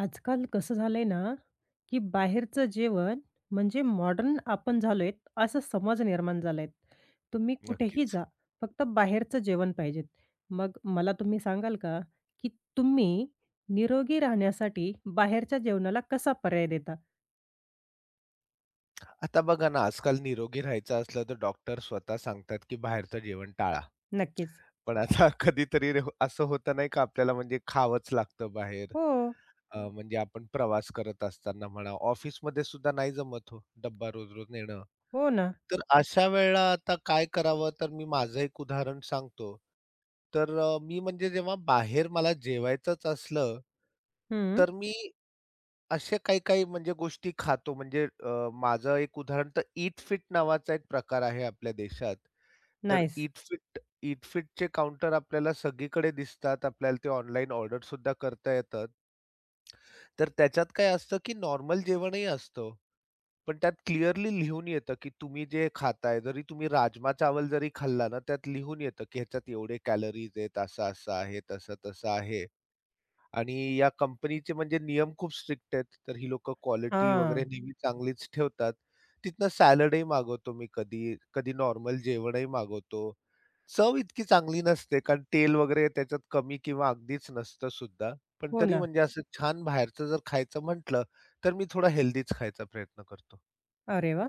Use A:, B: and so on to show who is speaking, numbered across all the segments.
A: आजकाल कसं झालंय ना, की बाहेरचं जेवण म्हणजे मॉडर्न आपण झालोय असा समज निर्माण झालाय. तुम्ही कुठेही
B: नक्कीच.
A: जा, फक्त बाहेरचं जेवण पाहिजेत. मग मला तुम्ही सांगाल का, की तुम्ही निरोगी राहण्यासाठी बाहेरच्या जेवणाला कसा पर्याय देता?
B: आता बघा ना, आजकाल निरोगी राहायचं असलं तर डॉक्टर स्वतः सांगतात, की बाहेरचं जेवण टाळा.
A: नक्कीच.
B: पण आता कधीतरी रे असं होतं नाही का आपल्याला म्हणजे खावंच लागतं बाहेर.
A: हो,
B: म्हणजे आपण प्रवास करत असताना म्हणा, ऑफिसमध्ये सुद्धा नाही जमत हो, डब्बा रोज-रोज नेणं.
A: हो ना.
B: तर अशा वेळेला आता काय करावं? तर मी माझं एक उदाहरण सांगतो. तर मी म्हणजे जेव्हा बाहेर मला जेवायचंच असलं,
A: हं.
B: तर मी अशा काही-काही म्हणजे गोष्टी खातो. म्हणजे माझं एक उदाहरण तर ईट फिट नावाचा एक प्रकार आहे आपल्या देशात. तर
A: नाईस.
B: ईट फिटचे काउंटर आपल्याला सगळीकडे दिसतात. आपल्याला ते ऑनलाईन ऑर्डर सुद्धा करता येतात. तर त्याच्यात काय असतं, की नॉर्मल जेवणही असतं. पण त्यात क्लिअरली लिहून येतं, की तुम्ही जे खाताय, जरी तुम्ही राजमा चावल जरी खाल्ला ना, त्यात लिहून येतं, की ह्याच्यात एवढे कॅलरीज आहेत, असं-असं आहे, तसं-तसं आहे. आणि या कंपनीचे म्हणजे नियम खूप स्ट्रिक्ट आहेत. तर ही लोकं क्वालिटी वगैरे
A: हां.
B: नेहमी चांगलीच ठेवतात. तिथनं सॅलडही मागवतो मी कधी, कधी नॉर्मल जेवणही मागवतो. चव इतकी चांगली नसते, कारण तेल वगैरे त्याच्यात कमी किंवा अगदीच नसतं सुद्धा. पण
A: हो
B: तरी
A: ना.
B: म्हणजे असं छान बाहेरचं जर खायचं म्हटलं, तर मी थोडा हेल्दीच खायचा प्रयत्न करतो.
A: अरे वाह!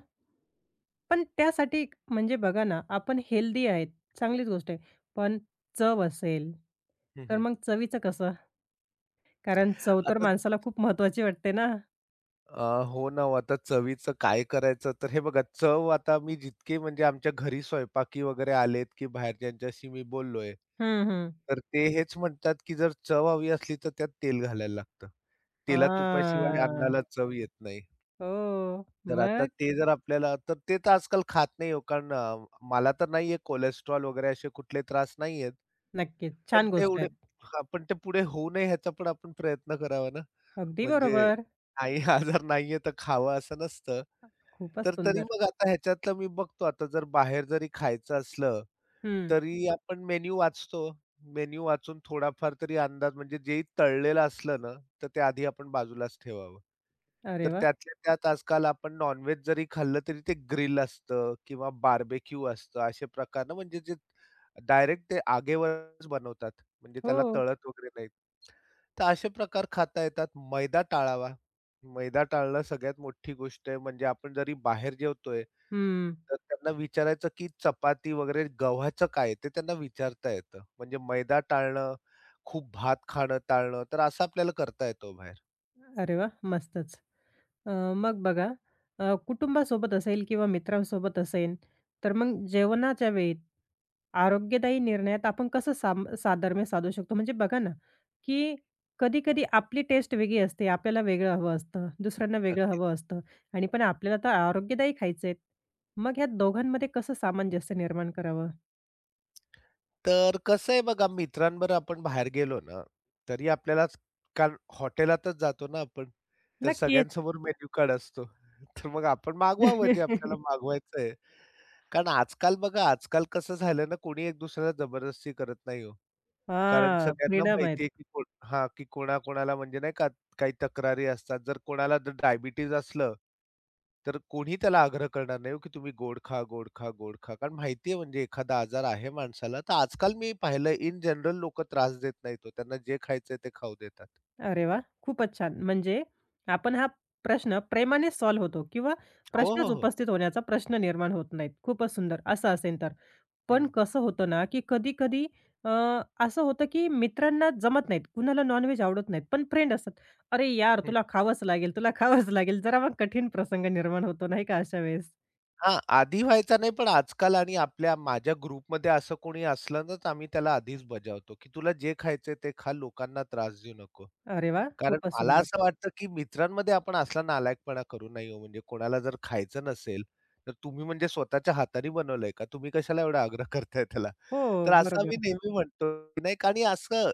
A: पण त्यासाठी म्हणजे बघा ना, आपण हेल्दी आहेत, चांगलीच गोष्ट आहे. पण चव असेल, तर मग चवीचं कसं? कारण चव तर
B: आता
A: माणसाला खूप महत्त्वाची वाटते ना.
B: हो ना, हो आता चवीचं काय करायचं? तर हे बघा चव आता मी जितके म्हणजे आमच्या घरी स्वयंपाकी वगैरे आलेत, की बाहेर ज्यांच्याशी मी बोललोय,
A: हं, हं.
B: तर ते हेच म्हणतात, की जर चव हवी असली तर त्यात तेल घालायला लागतं. तेला-तुपाशिवाय
A: हां.
B: अन्नाला चव येत नाही.
A: हो.
B: तर आता
A: मग?
B: ते जर आपल्याला तर आजकाल खात नाही हो कारण मला तर नाहीये कोलेस्ट्रॉल वगैरे असे कुठले त्रास नाहीयेत.
A: नक्कीच.
B: पण
A: छान गोष्ट
B: तेवढे
A: आहेत.
B: हां, पण ते पुढे होऊ नये ह्याचा पण आपण प्रयत्न करावा ना.
A: अगदी
B: म्हणजे
A: बरोबर.
B: नाही आजार नाहीये तर खावा असं नसतं.
A: खूपच
B: तर तरी
A: सुंदर.
B: मग आता ह्याच्यातलं मी बघतो आता जर बाहेर जरी खायचं असलं
A: हं.
B: तरी आपण मेन्यू वाचतो. मेन्यू वाचून थोडाफार तरी अंदाज म्हणजे जे तळलेलं असलं ना, तर ते आधी आपण बाजूलाच ठेवावं.
A: अरे
B: तर
A: वाह!
B: त्यातल्या त्यात आजकाल आपण नॉन जरी खाल्लं तरी ते ग्रिल असतं किंवा बार्बेक्यू असतं. असे प्रकार ना म्हणजे जे डायरेक्ट ते आगेवरच बनवतात. म्हणजे त्याला
A: हो.
B: तळत वगैरे नाहीत. तर असे प्रकार खाता येतात. मैदा टाळावा. मैदा टाळणं सगळ्यात मोठी गोष्ट आहे. म्हणजे आपण जरी बाहेर जेवतोय
A: हं.
B: तर त्यांना विचारायचं, की चपाती वगैरे गव्हाचं काय? ते त्यांना विचारता येतं. म्हणजे मैदा टाळणं, खूप भात खाणं टाळणं, तर असं आपल्याला करता येतो बाहेर.
A: अरे वाह! मस्तच. अ, मग बघा, कुटुंबासोबत असेल किंवा मित्रांसोबत असेल, तर मग जेवणाच्या वेळी आरोग्यदायी निर्णयात आपण कसं साम साधर्म्य साधू शकतो? म्हणजे बघा ना, की कधी-कधी आपली टेस्ट वेगळी असते. आपल्याला वेगळं हवं असतं, दुसऱ्यांना वेगळं
B: नक्कीच.
A: हवं असतं आणि पण आपल्याला तर आरोग्यदायी खायचे आहेत. मग ह्या दोघांमध्ये कसं सामंजस्य निर्माण करावं?
B: तर कसं आहे बघा मित्रांबरोबर आपण बाहेर गेलो ना, तरी आपल्याला कारण हॉटेलातच जातो ना आपण, तर
A: नक्कीच.
B: सगळ्यांसमोर मेनू कार्ड असतो. तर मग आपण मागवावं जे आपल्याला मागवायचं आहे. कारण आजकाल बघा, आजकाल कसं झालं ना, कोणी एक दुसऱ्याला जबरदस्ती करत नाही हो. कारण
A: हां,
B: सगळ्यांना
A: फ्रीडम आहेत.
B: माहिती आहे की कोण हां, की कोणाकोणाला म्हणजे नाही का काही तक्रारी असतात. जर कोणाला जर डायबिटीज असलं, तर कोणी त्याला आग्रह करणार नाही हो, की तुम्ही गोड खा, गोड खा, गोड खा. कारण माहिती आहे म्हणजे एखादा आजार आहे माणसाला. तर आजकाल मी पाहिलं इन जनरल लोक त्रास देत नाहीत हो. त्यांना जे खायचंय ते खाऊ देतात.
A: अरे वा, खूपच छान. म्हणजे आपण हा प्रश्न प्रेमाने सॉल्व्ह होतो किंवा
B: हो, हो,
A: प्रश्नच
B: हो.
A: उपस्थित होण्याचा प्रश्न निर्माण होत नाहीत. खूपच सुंदर असं असेल तर. पण
B: हं,
A: कसं होतं ना, की कधी-कधी अ, असं होतं, की मित्रांना जमत नाहीत. कुणाला नॉन-व्हेज आवडत नाहीत. पण फ्रेंड असतात. "अरे यार!
B: हं.
A: तुला खावंच लागेल, तुला खावंच लागेल." जरा मग कठीण प्रसंग निर्माण होतो नाही का अशा वेळेस.
B: हां, आधी व्हायचा नाही पण आजकाल आणि आपल्या माझ्या ग्रुपमध्ये असं कोणी असलं ना, तर आम्ही त्याला आधीच बजावतो, की तुला जे खायचंय ते खा, लोकांना त्रास देऊ नको.
A: अरे वाह!
B: कारण
A: खूपच
B: मला
A: सुंदर.
B: असं वाटतं, की मित्रांमध्ये आपण असला नालायकपणा करू नये हो. म्हणजे कोणाला जर खायचं नसेल, तर तुम्ही म्हणजे स्वतःच्या हाताने बनवलंय का? तुम्ही कशाला एवढा आग्रह करताय त्याला?
A: हो,
B: तर असं आम्ही
A: बरोबर.
B: नेहमी म्हणतो, की नाही का आणि असं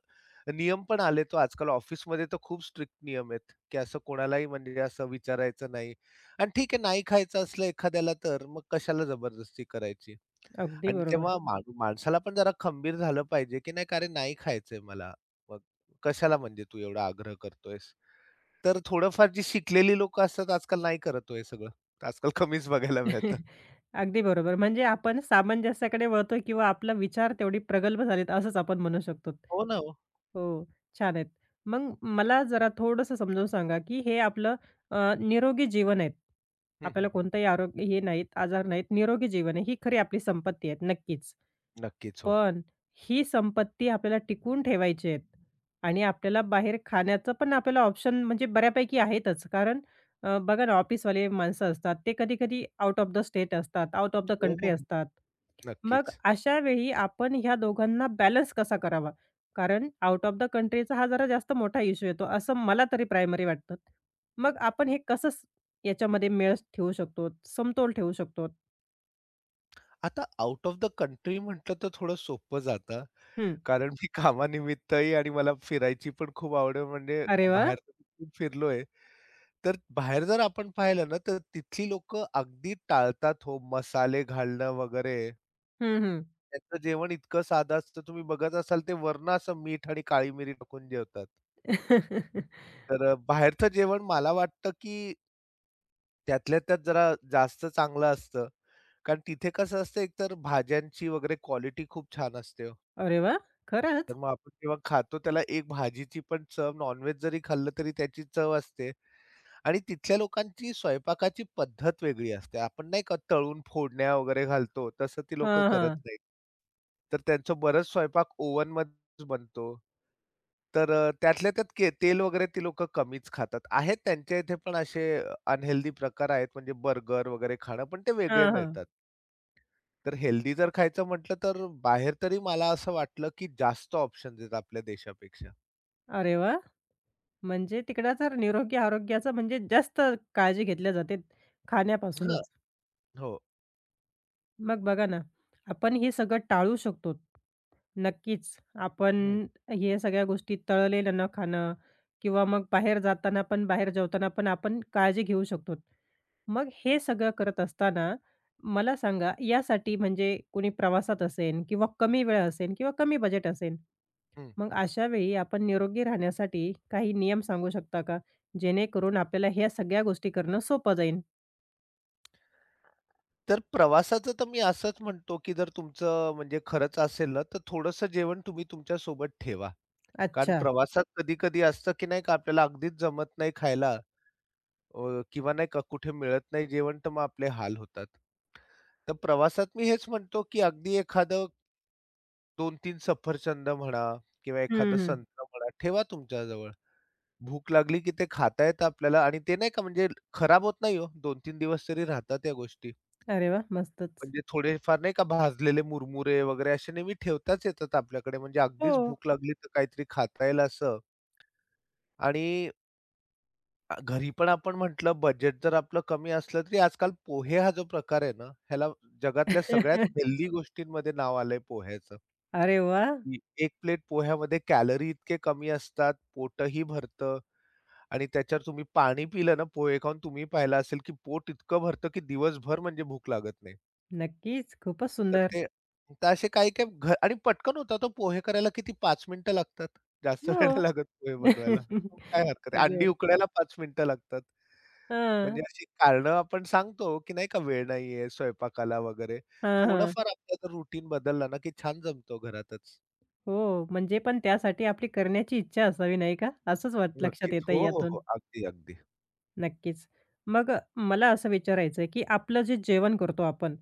B: नियम पण आले तो आजकाल ऑफिसमध्ये तर खूप स्ट्रिक्ट नियम आहेत, की असं कोणालाही म्हणजे असं विचारायचं नाही. आणि ठीक आहे, नाही खायचं असलं एखाद्याला तर मग कशाला जबरदस्ती करायची?
A: अगदी
B: आणि
A: बरोबर.
B: तेव्हा माणसाला पण जरा खंबीर झालं पाहिजे, की नाही का, "अरे, नाही खायचंय मला." कशाला म्हणजे तू एवढा आग्रह करतोयस? तर थोडंफार जी शिकलेली लोकं असतात आजकाल नाही करत हो हे सगळं. आजकाल कमीच बघायला मिळतं.
A: अगदी बरोबर. म्हणजे आपण सामंजस्याकडे वळतोय किंवा आपला विचार तेवढी प्रगल्भ झालेत असंच आपण म्हणू शकतो.
B: हो ना हो.
A: हो, छान आहेत. मग मला जरा थोडंसं समजावून सांगा, की हे आपलं निरोगी जीवन आहेत.
B: हं, हं,
A: आपल्याला
B: हं.
A: कोणतंही आरोग्य हे नाहीत, आजार नाहीत, निरोगी जीवन आहे. ही खरी आपली संपत्ती आहे नक्कीच.
B: नक्कीच हो.
A: पण ही संपत्ती आपल्याला टिकवून ठेवायची आहेत आणि आपल्याला बाहेर खाण्याचं पण आपल्याला ऑप्शन म्हणजे बऱ्यापैकी आहेतच. कारण बघा ना, ऑफिसवाले माणसं असतात. ते कधी-कधी आउट ऑफ द स्टेट असतात, आउट ऑफ द
B: हो,
A: कंट्री
B: हो, हो.
A: असतात. मग
B: नक्कीच.
A: अशा वेळी आपण ह्या दोघांना बॅलन्स कसा करावा? कारण आउट ऑफ द कंट्रीचा हा जरा जास्त मोठा इश्यू येतो, असं मला तरी प्रायमरी वाटतं. मग आपण हे कसं स याच्यामध्ये मेळ ठेवू शकतो, समतोल ठेवू शकतो?
B: आता आउट ऑफ द कंट्री म्हटलं तर थोडं सोपं जातं.
A: हं.
B: कारण मी कामानिमित्तही आणि मला फिरायची पण खूप आवड आहे म्हणजे
A: अरे वाह!
B: बाहेर तर मी खूप फिरलोय. तर बाहेर जर आपण पाहिलं ना, तर तिथली लोकं अगदी टाळतात हो मसाले घालणं वगैरे.
A: हं, हं.
B: त्यांचं जेवण इतकं साधं असतं तुम्ही बघत असाल ते वरनं असं मीठ आणि काळी मिरी टाकून जेवतात. तर बाहेरचं जेवण मला वाटतं, की त्यातल्या त्यात जरा जास्त चांगलं असतं. कारण तिथे कसं असतं एकतर भाज्यांची वगैरे क्वालिटी खूप छान असते हो.
A: अरे वाह!
B: तर
A: खरंच?
B: मग आपण जेव्हा खातो त्याला एक भाजीची पण चव नॉन जरी खाल्लं तरी त्याची चव असते. आणि तिथल्या लोकांची स्वयंपाकाची पद्धत वेगळी असते. आपण नाही का तळून फोडण्या वगैरे घालतो, तसं ती लोकं
A: हां,
B: करत
A: हां.
B: नाहीत. तर त्यांचं बरंच स्वयंपाक ओव्हनमध्येच बनतो. तर त्यातल्या त्यात तेल वगैरे ती लोकं कमीच खातात. आहेत त्यांच्या इथे पण असे अनहेल्दी प्रकार आहेत, म्हणजे बर्गर वगैरे खाणं, पण ते वेगळे
A: हां, हां.
B: मिळतात. तर हेल्दी जर खायचं म्हटलं, तर बाहेर तरी मला असं वाटलं, की जास्त ऑप्शन्स आहेत आपल्या देशापेक्षा.
A: अरे वाह! म्हणजे तिकडं तर निरोगी आरोग्याचं म्हणजे जास्त काळजी घेतल्या जाते
B: हां.
A: खाण्यापासूनच.
B: हो.
A: मग बघा ना, आपण हे सगळं टाळू शकतो. नक्कीच.
B: हं,
A: आपण हे सगळ्या गोष्टी तळलेलं न खाणं किंवा मग बाहेर जाताना पण, बाहेर जेवताना पण आपण काळजी घेऊ शकतो. मग हे सगळं करत असताना मला सांगा यासाठी म्हणजे कोणी प्रवासात असेल किंवा कमी वेळ असेल किंवा कमी बजेट असेल,
B: हं.
A: मग अशा वेळी आपण निरोगी राहण्यासाठी काही नियम सांगू शकता का? जेणेकरून आपल्याला ह्या सगळ्या गोष्टी करणं सोपं जाईल?
B: तर प्रवासाचं तर मी असंच म्हणतो, की जर तुमचं म्हणजे खरंच असेल ना, तर थोडंसं जेवण तुम्ही तुमच्या सोबत ठेवा. कारण
A: अच्छा.
B: प्रवासात कधी-कधी असतं, की नाही का आपल्याला अगदीच जमत नाही खायला किंवा नाही का कुठे मिळत नाही जेवण, तर मग आपले हाल होतात. तर प्रवासात मी हेच म्हणतो, की अगदी एखादं 2-3 सफरचंद म्हणा किंवा एखादं
A: हं, हं.
B: संत्र म्हणा ठेवा तुमच्याजवळ. भूक लागली की ते खाता येतं आपल्याला आणि ते नाही का म्हणजे खराब होत नाही हो, 2-3 दिवस तरी राहतात या गोष्टी.
A: अरे वा, मस्तच.
B: म्हणजे थोडेफार नाही का भाजलेले मुरमुरे वगैरे असे नेहमी ठेवताच येतात आपल्याकडे. म्हणजे
A: हो.
B: अगदीच भूक लागली तर काहीतरी खाता येईल असं. आणि घरी पण आपण म्हटलं बजेट जर आपलं कमी असलं तरी आजकाल पोहे हा जो प्रकार आहे ना, ह्याला जगातल्या सगळ्यात हेल्दी गोष्टींमध्ये नाव आलंय पोह्याचं.
A: अरे वा,
B: की 1 प्लेट पोह्यामध्ये कॅलरी इतके कमी असतात, पोटही भरतं आणि त्याच्यावर तुम्ही पाणी पिलं ना पोहे खाऊन तुम्ही पाहिलं असेल, की पोट इतकं भरतं की दिवसभर म्हणजे भूक लागत नाही.
A: नक्कीच. खूपच
B: तर
A: सुंदर.
B: ते तर असे काही-काही आणि पटकन होतात हो पोहे करायला किती 5 मिनिटं लागतात. जास्त वेळ
A: हो.
B: नाही लागत पोहे बनवायला. काय हरकत आहे.
A: अगदी
B: अंडी
A: बरोबर.
B: उकडायला 5 मिनिटं लागतात. म्हणजे
A: हां.
B: अशी कारणं आपण सांगतो, की नाही का वेळ नाहीये स्वयंपाकाला वगैरे.
A: हां, हां.
B: थोडंफार आपला जर रुटीन बदलला ना, की छान जमतो घरातच.
A: हो, म्हणजे पण त्यासाठी आपली करण्याची इच्छा असावी नाही का? असंच वाट लक्षात
B: नक्कीच.
A: येतंय
B: हो, हो,
A: यातून.
B: हो. अगदी, अगदी.
A: नक्कीच. मग मला असं विचारायचं आहे, की आपलं जे जेवण करतो आपण,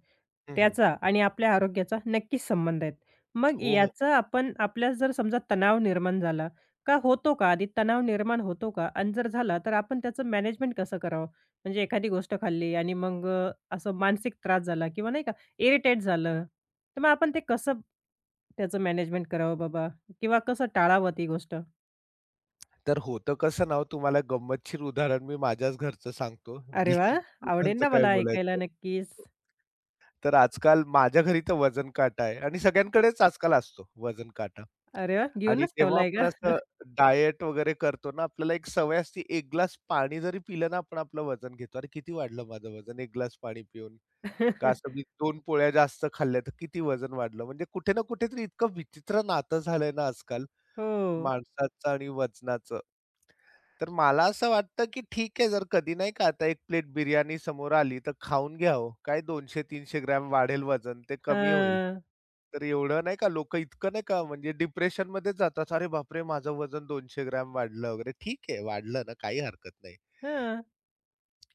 B: हं, हं.
A: त्याचा आणि आपल्या आरोग्याचा नक्कीच संबंध आहेत. मग
B: हो, हो.
A: याचा आपण आपल्याला जर समजा तणाव निर्माण झाला का होतो का? आधी तणाव निर्माण होतो का? आणि जर झाला तर आपण त्याचं मॅनेजमेंट कसं करावं? म्हणजे एखादी गोष्ट खाल्ली आणि मग असं मानसिक त्रास झाला किंवा नाही का इरिटेट झालं, तर मग आपण ते कसं त्याचं मॅनेजमेंट करावं बाबा? किंवा कसं टाळावं ती गोष्ट?
B: तर होतं कसं ना हो तुम्हाला गंमतशीर उदाहरण मी माझ्याच घरचं सांगतो.
A: अरे वाह! आवडेल
B: दुकानचं
A: ना
B: काय
A: मला ऐकायला
B: बोलायचं.
A: नक्कीच.
B: तर आजकाल माझ्या घरी तर वजन काटा आहे आणि सगळ्यांकडेच आजकाल असतो वजन काटा
A: अरे वाह!
B: आणि
A: घेऊनच
B: तेव्हा
A: ठेवलाय
B: आपण
A: का?
B: असं डायट वगैरे करतो ना, आपल्याला एक सवय असते. 1 ग्लास पाणी जरी पिलं ना, आपण आपलं वजन घेतो. अरे, किती वाढलं माझं वजन 1 ग्लास पाणी पिऊन. का असं मी 2 पोळ्या जास्त खाल्ल्या, तर किती वजन वाढलं. म्हणजे कुठे ना कुठेतरी इतकं विचित्र नातं झालंय ना आजकाल.
A: हो.
B: माणसाचं आणि वजनाचं. तर मला असं वाटतं, की ठीक आहे जर कधी नाही का आता 1 प्लेट बिर्याणी समोर आली तर खाऊन घ्यावं. काय 200-300 ग्रॅम वाढेल वजन ते कमी होईल.
A: हां,
B: तर एवढं नाही का लोकं इतकं नाही का म्हणजे डिप्रेशनमध्येच जातात. "अरे बापरे! माझं वजन 200 ग्रॅम वाढलं" वगैरे. ठीक आहे वाढलं ना काही हरकत नाही.
A: हां.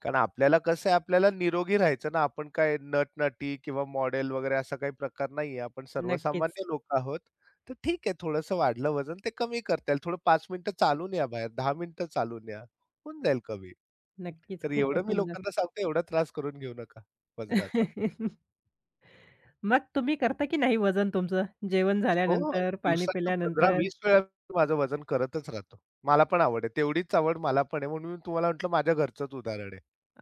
B: कारण आपल्याला कसं आहे, आपल्याला निरोगी राहायचं ना, आपण काय नट-नटी किंवा मॉडेल वगैरे असा काही प्रकार नाहीये. आपण
A: नक्कीच,
B: सर्वसामान्य लोकं आहोत. तर ठीक आहे, थोडंसं वाढलं वजन ते कमी करता येईल. थोडं 5 मिनिटं चालून या बाहेर, 10 मिनिटं चालून या. होऊन जाईल कमी.
A: नक्कीच.
B: तर
A: खूपच
B: एवढं मी
A: सुंदर.
B: लोकांना सांगतो, एवढा त्रास करून घेऊ नका वजनाचा.
A: मग तुम्ही करता की नाही वजन तुमचं? जेवण
B: हो,
A: झाल्यानंतर, पाणी
B: दिवसातनं
A: पिल्यानंतर?
B: 15-20 वेळा मी माझं वजन करतच राहतो. मला पण आवड आहे. तेवढीच आवड मला पण आहे. म्हणून मी तुम्हाला म्हटलं माझ्या घरचंच उदाहरण आहे.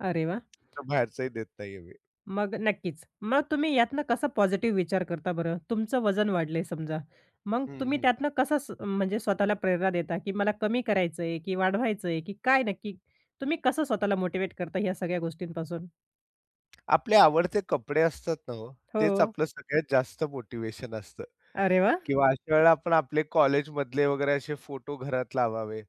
A: अरे वा,
B: आता बाहेरचंही देत नाहीये मी.
A: मग नक्कीच. मग तुम्ही यातनं कसा पॉझिटिव्ह विचार करता बरं? तुमचं वजन वाढलंय समजा, मग तुम्ही
B: हं,
A: त्यातनं कसं स म्हणजे स्वतःला प्रेरणा देता, की मला कमी करायचंय की वाढवायचंय की काय नक्की? तुम्ही कसं स्वतःला मोटिव्हेट करता या सगळ्या गोष्टींपासून?
B: आपले आवडते कपडे असतात ना हो,
A: हो.
B: तेच आपलं सगळ्यात जास्त मोटिवेशन असतं
A: अरे वाह!
B: किंवा अशा वेळेला आपण आपले कॉलेजमधले वगैरे असे फोटो घरात लावावे.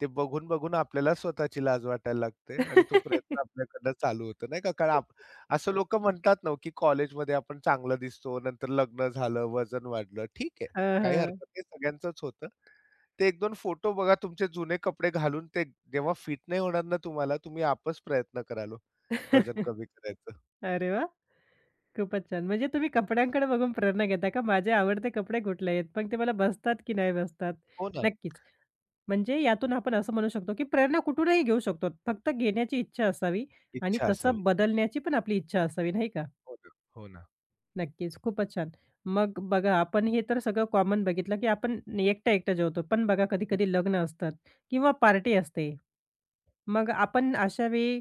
B: ते बघून, बघून आपल्याला स्वतःची लाज वाटायला लागते आणि तो प्रयत्न आपल्याकडनं चालू होतो नाही का? कारण असं लोकं म्हणतात ना हो, की कॉलेजमध्ये आपण चांगलं दिसतो, नंतर लग्न झालं, वजन वाढलं. ठीक आहे,
A: हां,
B: काही
A: हां.
B: हरकत नाही, सगळ्यांचंच होतं. ते 1-2 फोटो बघा तुमचे जुने कपडे घालून ते जेव्हा फिट नाही होणार ना तुम्हाला, तुम्ही आपच प्रयत्न कराल हो, वजन कमी करायचं.
A: अरे वाह! खूपच छान. म्हणजे तुम्ही कपड्यांकडे बघून प्रेरणा घेता का माझे आवडते कपडे कुठले आहेत? मग ते मला बसतात की नाही बसतात?
B: हो ना.
A: नक्कीच. म्हणजे यातून आपण असं म्हणू शकतो की प्रेरणा कुठूनही घेऊ शकतो. फक्त घेण्याची इच्छा असावी आणि
B: इच्छा असावी.
A: तसं बदलण्याची पण आपली इच्छा असावी, नाही का?
B: हो ना, हो ना.
A: नक्कीच. खूपच छान. मग बघा आपण हे तर सगळं कॉमन बघितलं की आपण एकटा-एकटा जेवतो. पण बघा कधी-कधी लग्न असतात किंवा पार्टी असते. मग आपण अशा वेळी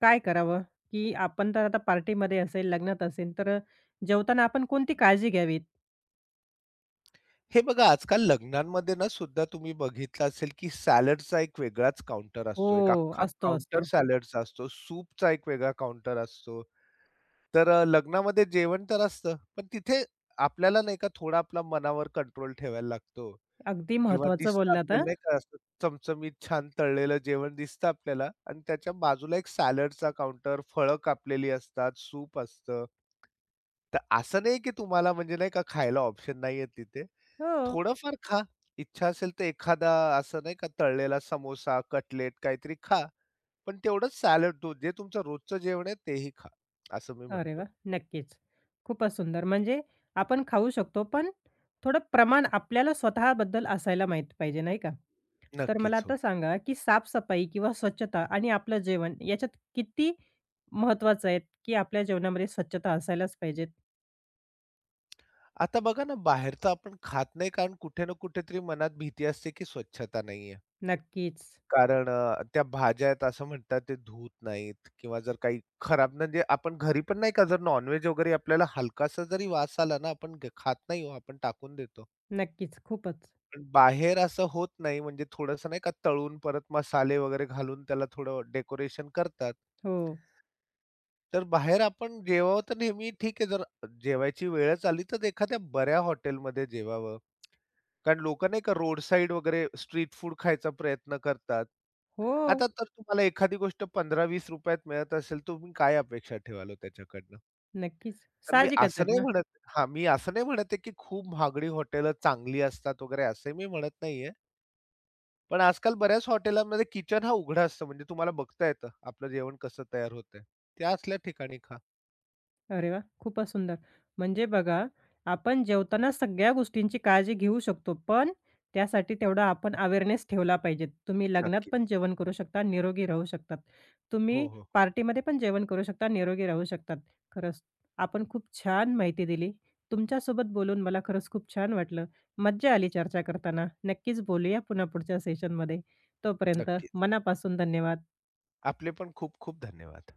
A: काय करावं? की आपण तर आता पार्टीमध्ये असेल, लग्नात असेल, तर जेवताना आपण कोणती काळजी घ्यावी?
B: हे बघा आजकाल लग्नांमध्ये ना सुद्धा तुम्ही बघितलं असेल, की सॅलडचा एक वेगळाच काउंटर असतो. एक
A: हो,
B: अख्खा
A: असतो,
B: काउंटर
A: असतो.
B: सॅलडचा असतो. सूपचा एक वेगळा काउंटर असतो. तर लग्नामध्ये जेवण तर असतं, पण तिथे आपल्याला नाही का थोडा आपला मनावर कंट्रोल ठेवायला लागतो
A: अगदी
B: किंवा
A: महत्त्वाचं
B: दिसतं
A: बोललात हां.
B: आपल्याला नाही का असं चमचमीत छान तळलेलं जेवण दिसतं आपल्याला आणि त्याच्या बाजूला एक सॅलडचा काउंटर, फळं कापलेली असतात, सूप असतं. तर असं नाही की तुम्हाला म्हणजे नाही का खायला ऑप्शन नाहीये तिथे.
A: हो.
B: थोडंफार खा. इच्छा असेल तर एखादा असं नाही का तळलेला समोसा, कटलेट काहीतरी खा. पण तेवढंच सॅलड तो जे तुमचं रोजचं जेवण आहे तेही खा, असं मी
A: अरे
B: म्हणतो.
A: वाह! नक्कीच. खूपच सुंदर. म्हणजे आपण खाऊ शकतो, पण थोडं प्रमाण आपल्याला स्वतःबद्दल असायला माहीत पाहिजे, नाही का? तर मला
B: नक्कीच हो.
A: आता सांगा, की साफ किंवा स्वच्छता आणि आपलं जेवण याच्यात किती महत्त्वाचं आहे, की आपल्या जेवणामध्ये स्वच्छता असायलाच पाहिजे?
B: आता बघा ना बाहेरचं आपण खात नाही कारण कुठे ना कुठेतरी मनात भीती असते की स्वच्छता नाहीये.
A: नक्कीच,
B: कारण त्या भाज्या आहेत असं म्हणतात ते धूत नाहीत किंवा जर काही खराब म्हणजे आपण घरी पण नाही का जर नॉनव्हेज वगैरे आपल्याला हलकासा जरी वास आला ना, आपण खात नाही हो, आपण टाकून देतो.
A: नक्कीच. खूपच.
B: पण बाहेर असं होत नाही म्हणजे थोडंसं नाही का तळून परत मसाले वगैरे घालून त्याला थोडं डेकोरेशन करतात.
A: हो.
B: तर बाहेर आपण जेवावं तर नेहमी ठीक आहे जर जेवायची वेळच आली तर एखाद्या बऱ्या हॉटेलमध्ये जेवावं. कारण लोकं नाही का रोड साईड वगैरे स्ट्रीट फूड खायचा प्रयत्न करतात.
A: हो,
B: आता तर तुम्हाला एखादी गोष्ट ₹15-20 त मिळत असेल, तुम्ही काय अपेक्षा ठेवाल हो त्याच्याकडनं?
A: नक्कीच.
B: तर मी
A: साहजिकच
B: असं
A: आहे
B: नाही
A: ना.
B: म्हणत हां, मी असं नाही म्हणत आहे, की खूप महागडी हॉटेलं चांगली असतात वगैरे असंही मी म्हणत नाहीये. पण आजकाल बऱ्याच हॉटेलांमध्ये किचन हा उघडा असतो, म्हणजे तुम्हाला बघता येतं आपलं जेवण कसं तयार होतंय. त्या असल्या ठिकाणी खा.
A: अरे वाह! खूपच सुंदर. म्हणजे बघा, आपण जेवताना सगळ्या गोष्टींची काळजी घेऊ शकतो, पण त्यासाठी तेवढा आपण अवेअरनेस ठेवला पाहिजे. तुम्ही लग्नात
B: नक्कीच.
A: पण जेवण करू शकता, निरोगी राहू शकतात.
B: हो,
A: तुम्ही
B: हो.
A: पार्टीमध्ये पण जेवण करू शकता, निरोगी राहू शकतात. खरंच आपण खूप छान माहिती दिली. तुमच्यासोबत बोलून मला खरंच खूप छान वाटलं. मज्जा आली चर्चा करताना. नक्कीच बोलूया पुन्हा पुढच्या सेशनमध्ये. तोपर्यंत
B: नक्कीच.
A: मनापासून धन्यवाद.
B: आपले पण खूप खूप धन्यवाद.